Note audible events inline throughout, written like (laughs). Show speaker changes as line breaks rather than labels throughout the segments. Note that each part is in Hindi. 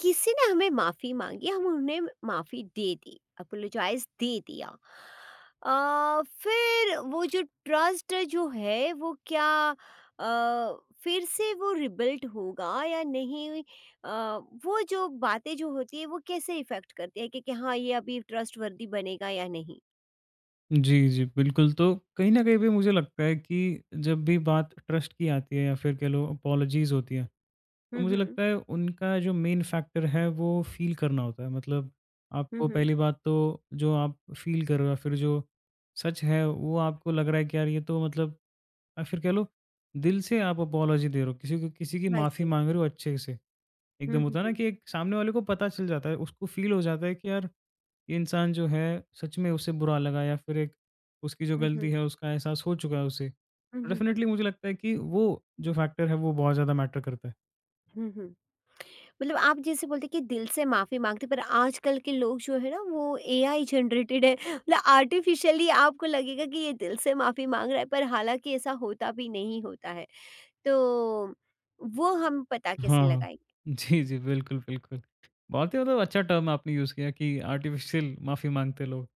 किसी ने हमें माफ़ी मांगी, हम उन्हें माफ़ी दे दी, अपोलोजाइज दे दिया। फिर वो जो ट्रस्ट जो है वो क्या, अ, फिर से वो रिबिल्ट होगा या नहीं? अ, वो जो बातें जो होती है वो कैसे इफेक्ट करती है कि हाँ, ये अभी ट्रस्ट वर्दी बनेगा या नहीं?
जी, जी, बिल्कुल, तो कहीं न कहीं भी मुझे लगता है कि जब भी बात ट्रस्ट की आती है या फिर कह लो अपॉलजीज़ होती हैं, तो
हम्म।
मुझे
हम्म।
लगता है उनका जो मेन फैक्टर है वो फ़ील करना होता है। मतलब
हम्म।
आपको
हम्म।
पहली बात तो जो आप फ़ील कर रहे हो या फिर जो सच है वो आपको लग रहा है कि यार ये तो मतलब, या फिर कह लो दिल से आप अपॉलजी दे रहे हो, किसी को किसी की
हाँ
माफ़ी
जी।
माँग रहे हो अच्छे से। एकदम
हम्म।
होता है ना
हम्म।
कि एक सामने वाले को पता चल जाता है, उसको फ़ील हो जाता है कि यार ये इंसान जो है सच में उसे बुरा लगा, या फिर एक उसकी जो
हम्म। हम्म।
गलती है उसका एहसास हो चुका है उसे।
हम्म।
तो
हम्म। हम्म।
डेफ़िनेटली मुझे लगता है कि वो जो फैक्टर है वो बहुत ज़्यादा मैटर करता है।
हम्म। हम्म। मतलब आप जैसे बोलते कि दिल से माफ़ी माँगते, पर आजकल के लोग जो है ना वो एआई जनरेटेड है, मतलब आर्टिफिशियली आपको लगेगा कि ये दिल से माफ़ी माँग रहा है, पर हालांकि ऐसा होता भी नहीं होता है। तो वो हम पता
हाँ,
कैसे
हाँ।
लगाएँगे?
जी, जी, बिल्कुल, बिल्कुल। बहुत ही मतलब अच्छा टर्म आपने यूज़ किया कि आर्टिफ़िशियल माफ़ी माँगते लोग।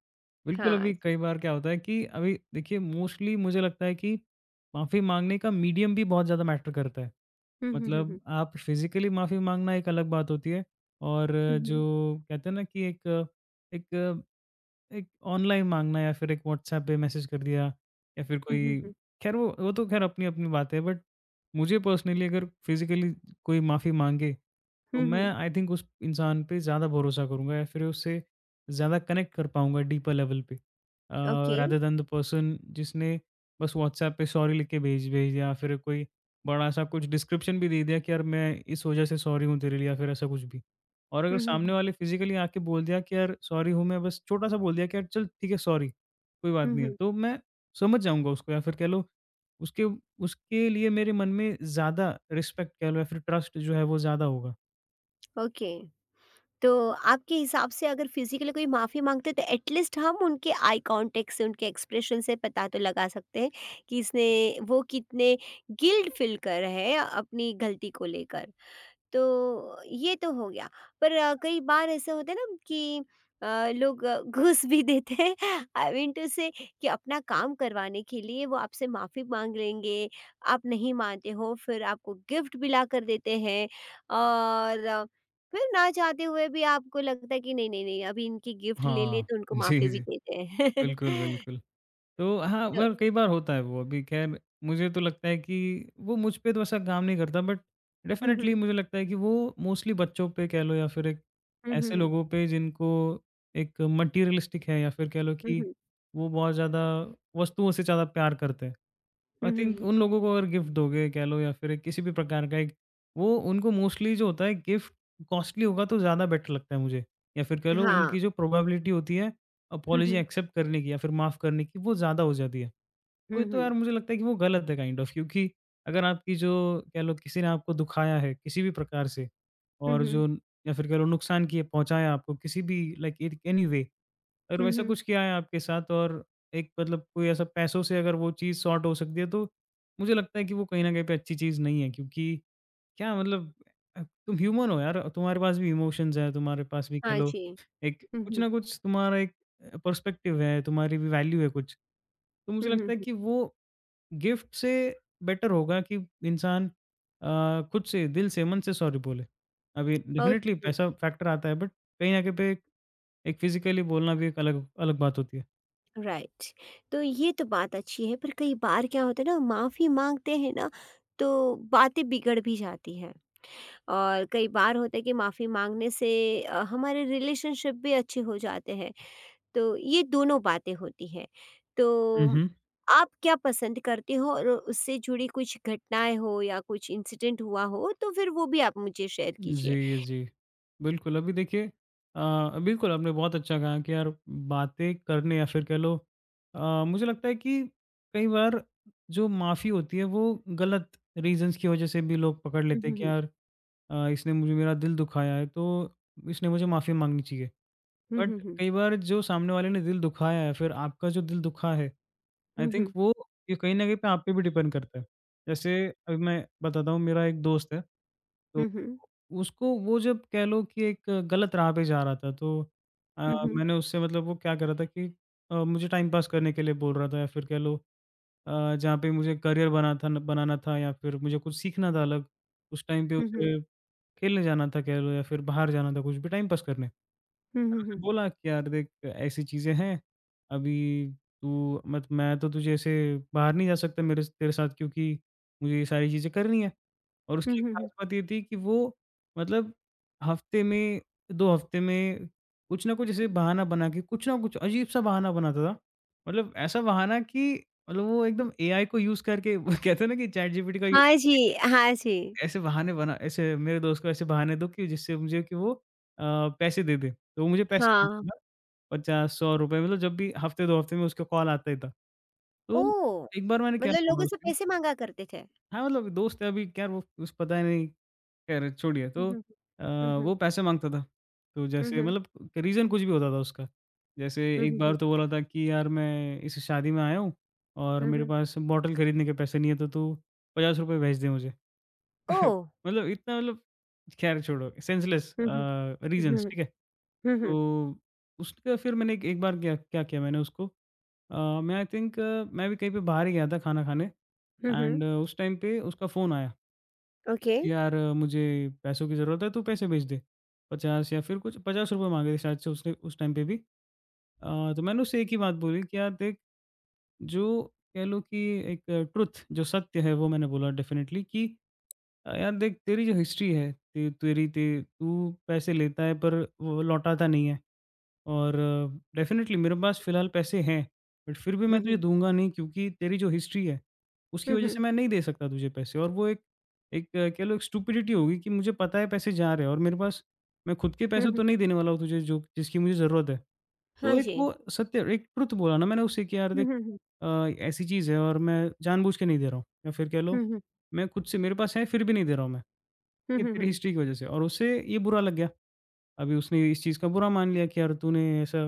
बिल्कुल,
हाँ
अभी
जी।
कई बार क्या होता है कि अभी देखिए मोस्टली मुझे लगता है कि माफ़ी माँगने का मीडियम भी बहुत ज़्यादा मैटर करता है।
हुँ, हुँ, हुँ,
मतलब
हुँ।
आप फ़िज़िकली माफ़ी माँगना एक अलग बात होती है, और
हुँ,
जो
हुँ।
कहते हैं ना कि एक एक एक ऑनलाइन माँगना, या फिर एक व्हाट्सऐप पे मैसेज कर दिया, या फिर
हुँ, हुँ,
कोई,
हुँ।
ख़ैर वो तो ख़ैर अपनी-अपनी बात है, बट मुझे पर्सनली अगर फ़िज़िकली कोई माफ़ी माँगे, तो
हुँ,
मैं
हुँ।
आई थिंक उस इंसान पे ज़्यादा भरोसा करूँगा, या फिर उससे ज़्यादा कनेक्ट कर पाऊँगा डीपर लेवल पे।
Okay.
Rather than the person जिसने बस व्हाट्सऐप पे सॉरी लिख के भेज भेज दिया, या फिर कोई बड़ा-सा कुछ डिस्क्रिप्शन भी दे दिया कि यार मैं इस वज़ह से सॉरी हूँ तेरे लिए, या फिर ऐसा कुछ भी। और अगर
हुँ, हुँ,
सामने
हुँ।
वाले फिज़िकली आके बोल दिया कि यार सॉरी हूँ मैं, बस छोटा-सा बोल दिया कि यार चल ठीक है सॉरी, कोई बात
हुँ,
नहीं है,
हुँ।
तो मैं समझ जाऊँगा उसको। या फिर कह लो उसके उसके लिए मेरे मन में ज़्यादा रिस्पेक्ट कह लो, या फिर ट्रस्ट जो है वो ज़्यादा होगा।
ओके। तो आपके हिसाब से अगर फिजिकली कोई माफ़ी माँगते हैं तो एटलीस्ट हम उनके आई कॉन्टेक्ट से, उनके एक्सप्रेशन से पता तो लगा सकते हैं कि इसने वो कितने गिल्ट फ़ील कर रहे हैं अपनी गलती को लेकर। तो ये तो हो गया। पर कई बार ऐसा होता है ना कि लोग (laughs) घूस भी देते हैं (laughs) आई मीन टू से कि अपना काम करवाने के लिए वो आपसे माफ़ी माँग लेंगे, आप नहीं मानते हो, फिर आपको गिफ्ट भी लाकर देते हैं और फिर ना चाहते हुए भी आपको लगता है कि नहीं, नहीं, नहीं, अभी इनकी गिफ्ट ले लिए
हाँ।
तो उनको
जी,
माफ़ी
जी।
भी देते हैं।
बिल्कुल,
(laughs)
बिल्कुल। तो हाँ,
तो
मतलब कई बार होता है वो। अभी ख़ैर मुझे तो लगता है कि वो मुझ पे तो ऐसा काम नहीं करता, बट
हुँ,
डेफ़िनेटली
हुँ।
मुझे लगता है कि वो मोस्टली बच्चों पे कह लो, या फिर एक
हुँ, हुँ,
ऐसे
हुँ।
लोगों पे जिनको एक मटीरियलिस्टिक है, या फिर कह लो
हुँ,
कि
हुँ।
वो बहुत ज़्यादा वस्तुओं से ज़्यादा प्यार करते हैं। आई
हुँ, हुँ,
थिंक
हुँ।
उन लोगों को अगर गिफ्ट दोगे कह लो, या फिर एक किसी भी प्रकार का एक, वो उनको मोस्टली जो होता है गिफ्ट कॉस्टली होगा तो ज़्यादा बेटर लगता है मुझे। या फिर कह लो
हाँ।
उनकी जो प्रोबेबिलिटी होती है
हुँ,
अपॉलजी
हुँ।
एक्सेप्ट करने की या फिर माफ़ करने की वो ज़्यादा हो जाती है। तो
हुँ,
ये तो यार
हुँ।
मुझे लगता है कि वो गलत है काइंड ऑफ, क्योंकि अगर आपकी जो कह लो किसी ने आपको दुखाया है किसी भी प्रकार से,
हुँ,
और
हुँ।
जो, या फिर कह लो नुकसान किए पहुँचाया आपको किसी भी लाइक इत एनी वे, अगर
हुँ,
वैसा
हुँ।
कुछ किया है आपके साथ, और एक मतलब कोई ऐसा पैसों से अगर वो चीज़ सॉर्ट हो सकती है, तो मुझे लगता है कि वो कहीं न कहीं पे अच्छी चीज़ नहीं है, क्योंकि क्या मतलब, तुम ह्यूमन हो यार, तुम्हारे पास भी इमोशंस हैं, तुम्हारे पास भी कह
हाँ
लो
जी।
एक
हुँ,
कुछ
हुँ।
ना कुछ तुम्हारा एक पर्सपेक्टिव है, तुम्हारी भी वैल्यू है कुछ। तो मुझे
हुँ, हुँ,
लगता है
हुँ।
कि वो गिफ्ट से बेटर होगा कि इंसान खुद से, दिल से, मन से सॉरी बोले। अभी डेफ़िनेटली
ओके,
पैसा फैक्टर आता है, बट कहीं ना कहीं पे एक एक फ़िज़िकली बोलना भी एक अलग अलग बात होती है।
राइट। तो ये तो बात अच्छी है, पर कई बार क्या होता है ना, माफ़ी माँगते हैं ना तो बातें बिगड़ भी जाती हैं। और कई बार होता है कि माफ़ी माँगने से हमारे रिलेशनशिप भी अच्छे हो जाते हैं। तो ये दोनों बातें होती हैं। तो
हुँ, हुँ।
आप क्या पसंद करते हो, और उससे जुड़ी कुछ घटनाएँ हो या कुछ इंसिडेंट हुआ हो तो फिर वो भी आप मुझे शेयर कीजिए?
जी, जी। बिल्कुल, अभी देखिए, बिल्कुल आपने बहुत अच्छा कहा कि यार बातें करने, या फिर कह लो, मुझे लगता है कि कई बार जो माफ़ी होती है वो गलत रीज़न्स की वज़ह से भी लोग पकड़
हुँ,
लेते हैं
हुँ,
कि
हुँ।
यार, इसने मुझे मेरा दिल दुखाया है, तो इसने मुझे माफ़ी माँगनी चाहिए।
हुँ, हुँ,
बट
हुँ।
कई बार जो सामने वाले ने दिल दुखाया है, फिर आपका जो दिल दुखा है, आई
हुँ,
थिंक
हुँ।
वो, ये कहीं न कहीं पे आप पे भी डिपेंड करता है। जैसे अभी मैं बताता हूँ, मेरा एक दोस्त है, तो
हुँ, हुँ।
उसको वो जब कह लो कि एक गलत राह पे जा रहा था, तो
हुँ, हुँ।
मैंने उससे मतलब वो क्या कर रहा था कि मुझे टाइम पास करने के लिए बोल रहा था, या फिर कह लो जहाँ पे मुझे करियर बना था न बनाना था, या फिर मुझे कुछ सीखना था अलग, उस टाइम पे
हुँ, हुँ।
उसे खेलने जाना था कह लो, या फिर बाहर जाना था कुछ भी टाइम पास करने।
हुँ,
मैंने
हुँ,
उसे
हुँ।
बोला कि यार देख ऐसी चीज़ें हैं, अभी तू मत, मैं तो तुझे ऐसे बाहर नहीं जा सकता मेरे स तेरे साथ, क्योंकि मुझे ये सारी चीज़ें करनी है। और
हुँ,
उसकी एक
हुँ,
ख़ास
हुँ।
बात ये थी कि वो मतलब हफ़्ते में, 2 हफ़्ते में कुछ ना कुछ ऐसे बहाना बना के, कुछ ना कुछ अजीब-सा बहाना बनाता था। मतलब ऐसा बहाना कि, मतलब वो एकदम एआई को यूज़ करके, वो (laughs) कहते हैं ना कि चैटजीपीटी का यूज़,
हाँ जी, हाँ जी।
ऐसे बहाने बना, ऐसे मेरे दोस्त को ऐसे बहाने दो कि जिससे मुझे, कि वो पैसे दे दे। तो वो मुझे पैसे
हाँ।
50-100 रुपए, मतलब जब भी हफ्ते, 2 हफ्ते में उसका कॉल आता ही था। तो
ओह!
एक बार मैंने क्या
मतलब लोग
बोला
उससे
उससे,
पैसे माँगा करते थे?
हाँ, मतलब दोस्त है अभी, क्या वो उस, पता ही नहीं, खैर छोड़िए।
हुँ,
तो अ,
हुँ, हुँ।
वो पैसे माँगता था। तो
हुँ,
जैसे
हुँ।
मतलब रीज़न कुछ भी होता था उसका। जैसे
हुँ, हुँ। हुँ,
एक
हुँ,
बार
हुँ।
तो बोला था कि यार मैं इस शादी में आया हूँ, और
हुँ,
मेरे
हुँ।
पास बॉटल खरीदने के पैसे नहीं है, तो तू ₹50 भेज दे मुझे। (laughs)
ओह!
मतलब इतना, मतलब खैर छोड़ो सेंसलेस
हुँ, हुँ। हुँ,
रीज़न्स,
हुँ।
ठीक है।
हुँ, हुँ।
तो उसका फिर मैंने एक एक बार क्या क्या किया, मैंने उसको, मैं आई थिंक मैं भी कहीं पे बाहर ही गया था खाना खाने,
हुँ, हुँ।
एंड उस टाइम पे उसका फ़ोन आया
ओके।
कि यार, मुझे पैसों की ज़रूरत है, तू पैसे भेज दे। 50 या फिर कुछ ₹50 माँगे थे शायद से उसने उस टाइम पे भी। तो मैंने उससे एक ही बात बोली कि यार देख, जो कह लो कि एक ट्रुथ जो सत्य है वो मैंने बोला डेफ़िनिटली कि, यार देख तेरी जो हिस्ट्री है, ते तेरी ते तू पैसे लेता है, पर वो लौटाता नहीं है। और डेफ़िनेटली मेरे पास फ़िलहाल पैसे हैं, बट फिर भी
हुँ,
मैं तुझे
हुँ।
दूँगा नहीं, क्योंकि तेरी जो हिस्ट्री है, उसकी
हुँ,
वज़ह से
हुँ।
मैं नहीं दे सकता तुझे पैसे, और वो एक एक कह लो एक स्टुपिडिटी होगी कि मुझे पता है पैसे जा रहे हैं, और मेरे पास, मैं खुद के
हुँ,
पैसे तो
हुँ।
नहीं देने वाला हूँ तुझे, जो जिसकी मुझे ज़रूरत है। तो
हाँ
एक
जी।
वो सत्य एक ट्रुथ बोला ना मैंने उससे कि यार
हुँ,
देख,
हुँ, हुँ।
ऐसी चीज़ है और मैं जानबूझ के नहीं दे रहा हूँ, या फिर कह लो
हुँ, हुँ।
मैं खुद से मेरे पास है फिर भी नहीं दे रहा हूँ मैं,
हुँ,
ये
हुँ,
तेरी
हुँ।
हिस्ट्री की वज़ह से। और उससे ये बुरा लग गया। अभी उसने इस चीज़ का बुरा मान लिया कि यार तूने ऐसा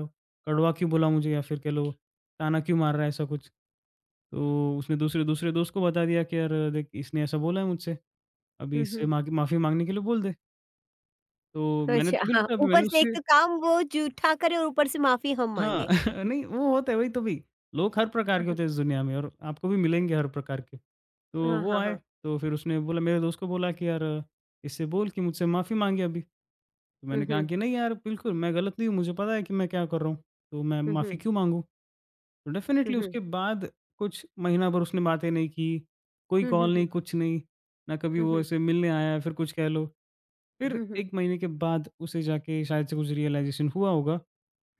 कड़वा क्यों बोला मुझे, या फिर कह लो ताना क्यों मार रहा है, ऐसा कुछ। तो उसने दूसरे दूसरे दोस्त को बता दिया कि यार देख इसने ऐसा बोला है मुझसे, अभी
हुँ,
इससे
हुँ।
माग माफ़ी माँगने के लिए बोल दे। तो मैंने
अच्छा,
तो
हाँ।
बिल्कुल, अभी
ऊपर
मैंने
से एक
उससे,
तो काम वो जूठा करे और ऊपर से माफ़ी हम
हाँ,
माँगे।
(laughs) नहीं वो होता है वही तो भी। लोग हर प्रकार
हाँ,
के
हाँ।
होते हैं इस दुनिया में, और आपको भी मिलेंगे हर प्रकार के। तो
हाँ,
वो
हाँ,
आए,
हाँ।
तो फिर उसने बोला मेरे दोस्त को, बोला कि यार इससे बोल कि मुझसे माफ़ी माँगे अभी। तो मैंने
हुँ,
कहा
हुँ।
कि नहीं यार बिल्कुल मैं गलत नहीं हूँ, मुझे पता है कि मैं क्या कर रहा हूँ, तो मैं
हुँ,
माफ़ी
हुँ।
क्यों माँगूँ? तो
हुँ,
डेफ़िनेटली उसके
हुँ।
बाद कुछ महीना भर उसने बातें नहीं की, कोई
हुँ, हुँ,
कॉल नहीं,
हुँ।
कुछ नहीं। ना कभी
हुँ,
वो
हुँ।
ऐसे मिलने आया, फिर कुछ कह लो। फिर
हुँ, हुँ।
1 महीने के बाद उसे जाके शायद से कुछ रियलाइज़ेशन हुआ होगा।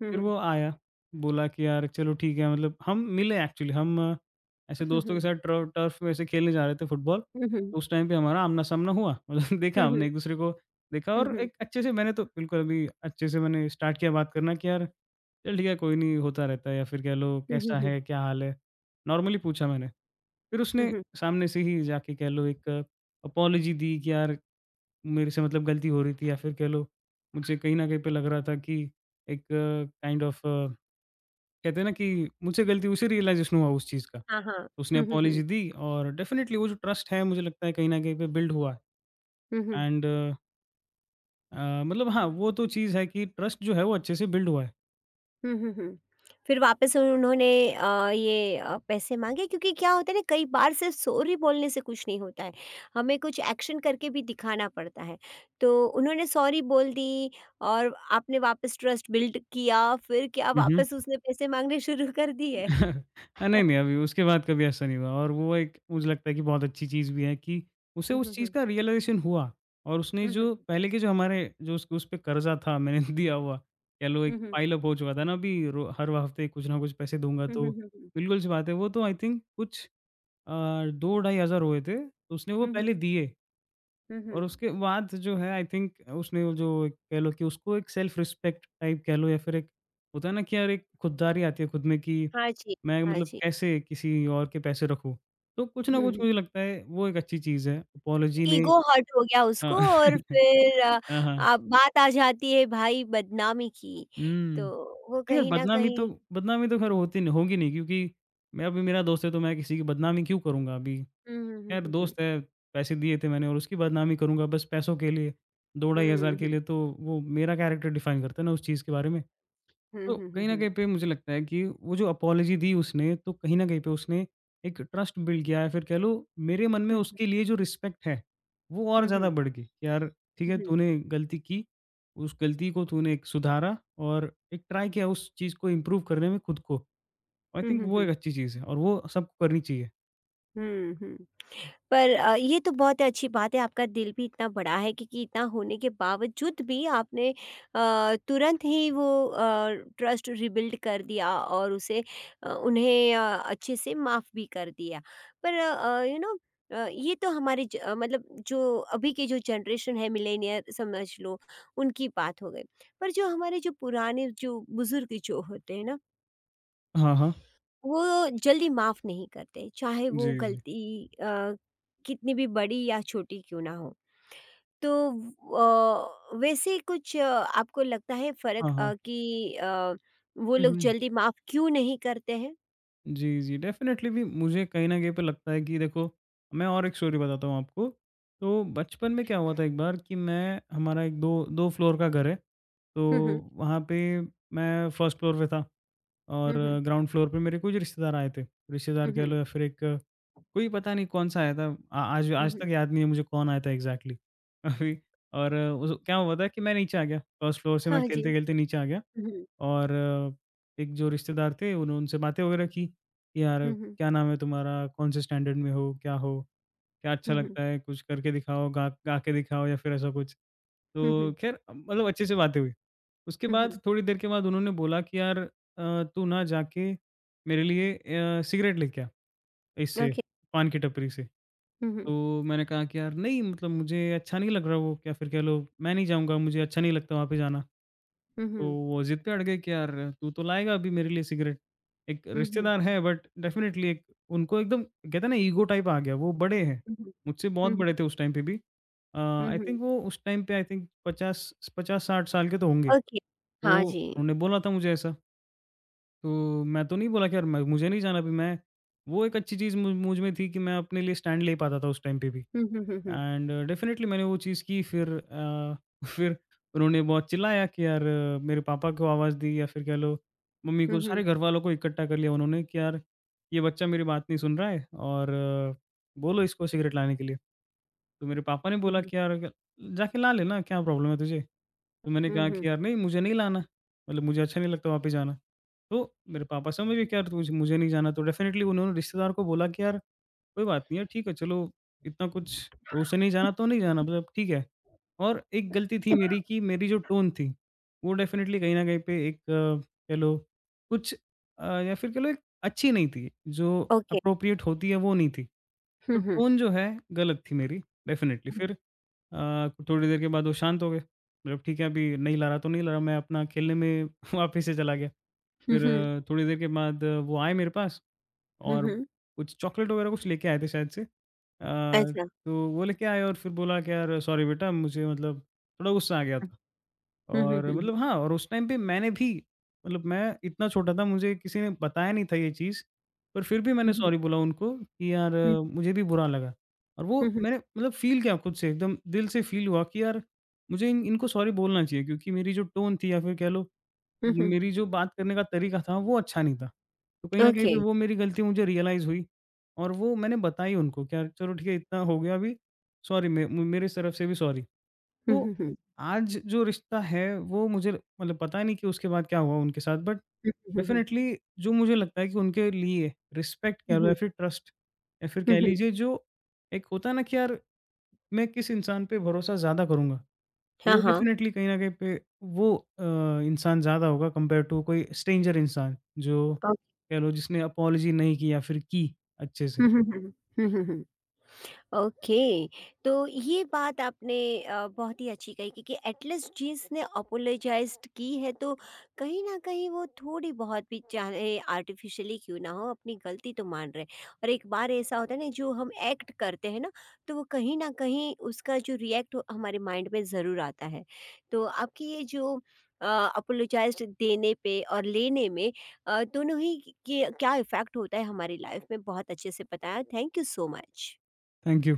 हुँ,
फिर
हुँ।
वो आया, बोला कि यार चलो ठीक है, मतलब हम मिले एक्चुअली, हम ऐसे
हुँ,
दोस्तों के
हुँ।
साथ ट्र टर्फ वैसे खेलने जा रहे थे फुटबॉल।
हुँ, हुँ।
उस टाइम पे हमारा आमना-सामना हुआ, मतलब (laughs) देखा
हुँ, हुँ।
हमने एक-दूसरे को देखा,
हुँ,
और
हुँ।
एक अच्छे से, मैंने तो बिल्कुल अभी अच्छे से मैंने स्टार्ट किया बात करना कि यार चल ठीक है, कोई नहीं, होता रहता है, या फिर कह लो
हुँ, हुँ,
कैसा
हुँ।
है, क्या हाल है? नॉर्मली पूछा मैंने। फिर
हुँ,
उसने
हुँ।
सामने से ही जाके, कह लो, एक अपॉलॉजी दी कि यार, मेरे से मतलब गलती हो रही थी, या फिर कह लो, मुझे कहीं न कहीं पे लग रहा था कि एक काइंड ऑफ, कहते हैं ना, कि मुझसे गलती। उसे रियलाइज़ेशन हुआ उस चीज़ का।
हाँ, हाँ।
उसने
हुँ, हुँ,
अपॉलजी
हुँ।
दी, और डेफ़िनिटली वो जो ट्रस्ट है, मुझे लगता है, कहीं न कहीं पे बिल्ड हुआ है।
हुँ, हुँ।
एंड मतलब हाँ, वो तो चीज़ है कि ट्रस्ट जो है वो अच्छे से बिल्ड हुआ
हुँ, हुँ, हुँ। फिर वापस उन्होंने ये पैसे माँगे, क्योंकि क्या होता है ना, कई बार सिर्फ सॉरी बोलने से कुछ नहीं होता है, हमें कुछ एक्शन करके भी दिखाना पड़ता है। तो उन्होंने सॉरी बोल दी और आपने वापस ट्रस्ट बिल्ड किया, फिर क्या
है।
वापस उसने पैसे माँगने शुरू कर दिए?
(laughs) हाँ, नहीं, नहीं, अभी उसके बाद कभी ऐसा नहीं हुआ, और वो एक मुझे लगता है कि बहुत अच्छी चीज़ भी है कि उसे
हुँ,
उस
हुँ,
चीज़
हुँ।
का रियलाइज़ेशन हुआ। और उसने,
हुँ, हुँ,
जो
हुँ।
पहले के, जो हमारे, जो उसके, उस पे कर्ज़ा था मैंने (laughs) दिया हुआ, कह लो एक
हुँ, हुँ।
पाइल अप हो चुका था ना अभी। रो हर हफ़्ते कुछ ना कुछ पैसे दूँगा,
हुँ,
तो
हुँ, हुँ, हुँ।
बिल्कुल-सी बात है, वो तो आई थिंक कुछ अ, 2 ढाई हज़ार हुए थे, तो उसने वो
हुँ,
पहले
हुँ।
दिए।
हुँ,
और
हुँ।
उसके बाद जो है आई थिंक उसने वो, जो एक कह लो कि उसको एक सेल्फ रिस्पेक्ट टाइप, कह लो, या फिर एक होता है ना, कि यार एक खुददारी आती है खुद में कि
हाँ जी।
मैं
हाँ
मतलब
जी।
कैसे किसी और के पैसे रखूँ। तो कुछ ना
हुँ,
कुछ
हुँ।
मुझे लगता है वो एक अच्छी चीज़ है। अपोलॉजी ने।
ईगो हर्ट हो गया
हाँ।
उसको
(laughs)
और फिर
हाँ, हाँ।
आ, बात आ जाती है भाई बदनामी की।
हुँ।
तो वो
नहीं यार,
कहीं न
बदनामी तो,
कहीं
बदनामी तो ख़ैर होती नहीं, होगी नहीं, क्योंकि मैं, अभी मेरा दोस्त है तो मैं किसी की बदनामी क्यों करूँगा अभी?
हुँ, हुँ, हुँ,
यार
हुँ, हुँ।
दोस्त है, पैसे दिए थे मैंने, और उसकी बदनामी करूँगा बस पैसों के लिए, 2 ढाई हज़ार
हुँ,
के
हुँ,
लिए? तो वो मेरा कैरेक्टर डिफाइन करता है ना उस चीज़ के बारे में।
हुँ,
तो
हुँ, हुँ,
कहीं न
हुँ,
कहीं पे मुझे लगता है कि वो जो अपॉलॉजी दी उसने, तो कहीं न कहीं पे उसने एक ट्रस्ट बिल्ड किया, या फिर कह लो, मेरे मन में उसके लिए जो रिस्पेक्ट है, वो और
हुँ, हुँ, हुँ, हुँ,
ज़्यादा
हुँ,
बढ़ गई। कि यार ठीक है, तूने गलती की, उस गलती को तूने एक सुधारा, और एक ट्राई किया उस चीज़ को इम्प्रूव करने में, खुद को। आई
हुँ,
थिंक
हुँ,
वो एक
हुँ,
अच्छी चीज़ है, और वो सबको करनी चाहिए।
हुँ, हुँ। पर ये तो बहुत अच्छी बात है, आपका दिल भी इतना बड़ा है, क्योंकि इतना होने के बावजूद भी आपने तुरंत ही वो ट्रस्ट रिबिल्ड कर दिया और उसे उन्हें अच्छे से माफ़ भी कर दिया, पर यू नो ये तो हमारे मतलब जो अभी के जो जनरेशन है मिलेनियर समझ लो, उनकी बात हो गई, पर जो हमारे जो पुराने जो बुजुर्ग जो होते हैं ना,
हाँ, हाँ।
वो जल्दी माफ़ नहीं करते, चाहे वो
जी, जी।
गलती कितनी भी बड़ी या छोटी क्यों ना हो। तो वैसे कुछ आपको लगता है
हाँ,
फ़र्क
हाँ।
कि वो
हुँ,
लोग
हुँ।
जल्दी माफ़ क्यों नहीं करते हैं?
जी, जी। डेफ़िनेटली भी मुझे कहीं न कहीं पे लगता है कि देखो, मैं और एक स्टोरी बताता हूँ आपको। तो बचपन में क्या हुआ था एक बार, कि मैं, हमारा एक दो 2 फ्लोर का घर है। तो
हुँ, हुँ।
वहाँ पे मैं फर्स्ट फ्लोर पे था, और
हुँ, हुँ।
ग्राउंड फ्लोर पे मेरे कुछ रिश्तेदार आए थे। रिश्तेदार
हुँ,
कह लो,
हुँ।
या फिर एक कोई, पता नहीं कौन-सा आया था। आ आज
हुँ,
आज तक
हुँ।
याद नहीं है मुझे कौन आया था एग्ज़ैक्टली। (laughs) अभी, और उस, क्या हुआ था कि मैं नीचे आ गया। फर्स्ट फ्लोर से मैं
हाँ जी।
खेलते-खेलते नीचे आ गया।
हुँ, हुँ।
और एक जो रिश्तेदार थे, उन्होंने उनसे बातें वगैरह की, कि "यार,
हुँ, हुँ।
क्या नाम है तुम्हारा? कौन से स्टैंडर्ड में हो? क्या हो? क्या अच्छा
हुँ, हुँ।
लगता है? कुछ करके दिखाओ, गा गा के दिखाओ, या फिर ऐसा कुछ।"
हुँ,
तो
हुँ।
ख़ैर मतलब अच्छे से बातें हुई। उसके
हुँ, हुँ।
बाद, थोड़ी देर के बाद, उन्होंने बोला कि "यार, तू ना जाके मेरे लिए सिगरेट लेके आ, इससे
ओके।
पान की टपरी से।"
हुँ, हुँ।
तो मैंने कहा कि "यार नहीं, मतलब मुझे अच्छा नहीं लग रहा वो, या फिर कह लो मैं नहीं जाऊँगा, मुझे अच्छा नहीं लगता वहाँ पे जाना।"
हुँ,
तो
हुँ।
वो ज़िद पे अड़ गए कि यार, तू तो लाएगा अभी मेरे लिए सिगरेट। एक
हुँ, हुँ।
रिश्तेदार है, बट डेफ़िनिटली एक, उनको एकदम, कहते हैं ना, ईगो टाइप आ गया, वो बड़े हैं,
हुँ, हुँ।
मुझसे बहुत
हुँ,
बड़े
हुँ।
थे उस टाइम पे भी।
हुँ,
आई
हुँ।
थिंक वो उस टाइम पे आई थिंक 50 50-60 साल के तो होंगे।
ओके।
तो
हाँ जी।
उन्होंने बोला था मुझे ऐसा, तो मैं तो नहीं बोला कि यार मैं, मुझे नहीं जाना अभी। मैं, वो एक अच्छी चीज़ मु मुझ में थी कि मैं अपने लिए स्टैंड ले पाता था उस टाइम पे भी।
हुँ, हुँ। हुँ, हुँ।
एंड डेफ़िनेटली मैंने वो चीज़ की। फिर (laughs) फिर उन्होंने बहुत चिल्लाया कि यार, मेरे पापा को आवाज़ दी, या फिर कह लो मम्मी
हुँ,
को,
हुँ।
सारे घरवालों को इकट्ठा कर लिया उन्होंने, कि यार, ये बच्चा मेरी बात नहीं सुन रहा है, और बोलो इसको सिगरेट लाने के लिए। तो मेरे पापा ने
हुँ,
बोला
हुँ।
कि यार, जाके ला लेना, क्या प्रॉब्लम है तुझे? तो मैंने
हुँ,
कहा कि
हुँ।
यार नहीं, मुझे नहीं लाना, मतलब मुझे अच्छा नहीं लगता वहाँ पे जाना। तो मेरे पापा समझ गए कि यार, तुझ मुझे नहीं जाना, तो डेफ़िनेटली उन्होंने रिश्तेदार को बोला कि यार, कोई बात नहीं है, ठीक है, चलो, इतना कुछ, उसे नहीं जाना तो नहीं जाना, मतलब ठीक है। और एक गलती थी मेरी, कि मेरी जो टोन थी, वो डेफ़िनेटली कहीं न कहीं पे एक, कह लो कुछ, या फिर कह लो, एक अच्छी नहीं थी, जो
ओके.
एप्रोप्रिएट होती है, वो नहीं थी। तो
हुँ, हुँ।
टोन जो है गलत थी मेरी। डेफ़िनेटली फिर थोड़ी देर के बाद वो शांत हो गए। मतलब ठीक है, अभी नहीं ला रहा तो नहीं ला रहा, मैं अपना खेलने में (laughs) वापस से चला गया।
हुँ,
फिर
हुँ।
थोड़ी देर के बाद वो आए मेरे पास,
हुँ,
और
हुँ।
कुछ चॉकलेट वगैरह कुछ लेके आए थे शायद से।
अच्छा।
तो वो लेके आए, और फिर बोला कि यार, सॉरी बेटा, मुझे मतलब थोड़ा गुस्सा आ गया था।
हुँ, हुँ,
और
हुँ, हुँ,
मतलब हाँ, और उस टाइम पे मैंने भी, मतलब, मैं इतना छोटा था, मुझे किसी ने बताया नहीं था ये चीज़, पर फिर भी मैंने
हुँ, हुँ,
सॉरी बोला उनको कि यार, मुझे भी बुरा लगा। और वो
हुँ, हुँ,
मैंने मतलब फ़ील किया, खुद से एकदम दिल से फ़ील हुआ कि यार, मुझे इन इनको सॉरी बोलना चाहिए, क्योंकि मेरी जो टोन थी, या फिर कह लो
हुँ, हुँ।
मेरी जो बात करने का तरीका था, वो अच्छा नहीं था। तो कहीं न कहीं
ओके।
पे वो मेरी गलती मुझे रियलाइज़ हुई, और वो मैंने बताई उनको कि यार, चलो ठीक है, इतना हो गया अभी, सॉरी, मे मेरे तरफ से भी सॉरी।
हुँ,
तो
हुँ, हुँ,
आज जो रिश्ता है, वो मुझे, मतलब पता नहीं कि उसके बाद क्या हुआ उनके साथ, बट
हुँ, हुँ, हुँ,
डेफ़िनेटली जो मुझे लगता है कि उनके लिए रिस्पेक्ट, कह
हुँ,
लो, या
हुँ,
फिर ट्रस्ट, या फिर
हुँ,
कह
हुँ।
लीजिए, जो एक होता है ना, कि यार मैं किस इंसान पे भरोसा ज़्यादा करूँगा।
हाँ,
तो
हाँ।
डेफ़िनेटली कहीं न कहीं पे वो इंसान ज़्यादा होगा, कंपेयर टू कोई स्ट्रेंजर इंसान, जो
ओ,
कह लो जिसने अपोलॉजी नहीं की, या फिर की अच्छे से।
हुँ, हुँ, हुँ, हुँ, हुँ, हुँ। ओके। तो ये बात आपने बहुत ही अच्छी कही, क्योंकि एटलीस्ट जींस ने अपोलोजाइज की है तो कहीं ना कहीं वो थोड़ी बहुत भी, चाहे आर्टिफिशियली क्यों ना हो, अपनी गलती तो मान रहे हैं। और एक बार ऐसा होता है ना, जो हम एक्ट करते हैं ना, तो वो कहीं ना कहीं उसका जो रिएक्ट हमारे माइंड में ज़रूर आता है। तो आपकी ये जो अपोलोजाइज देने पे और लेने में, दोनों ही के क्या इफ़ेक्ट होता है हमारी लाइफ में, बहुत अच्छे से बताया। Thank you so much.
Thank you.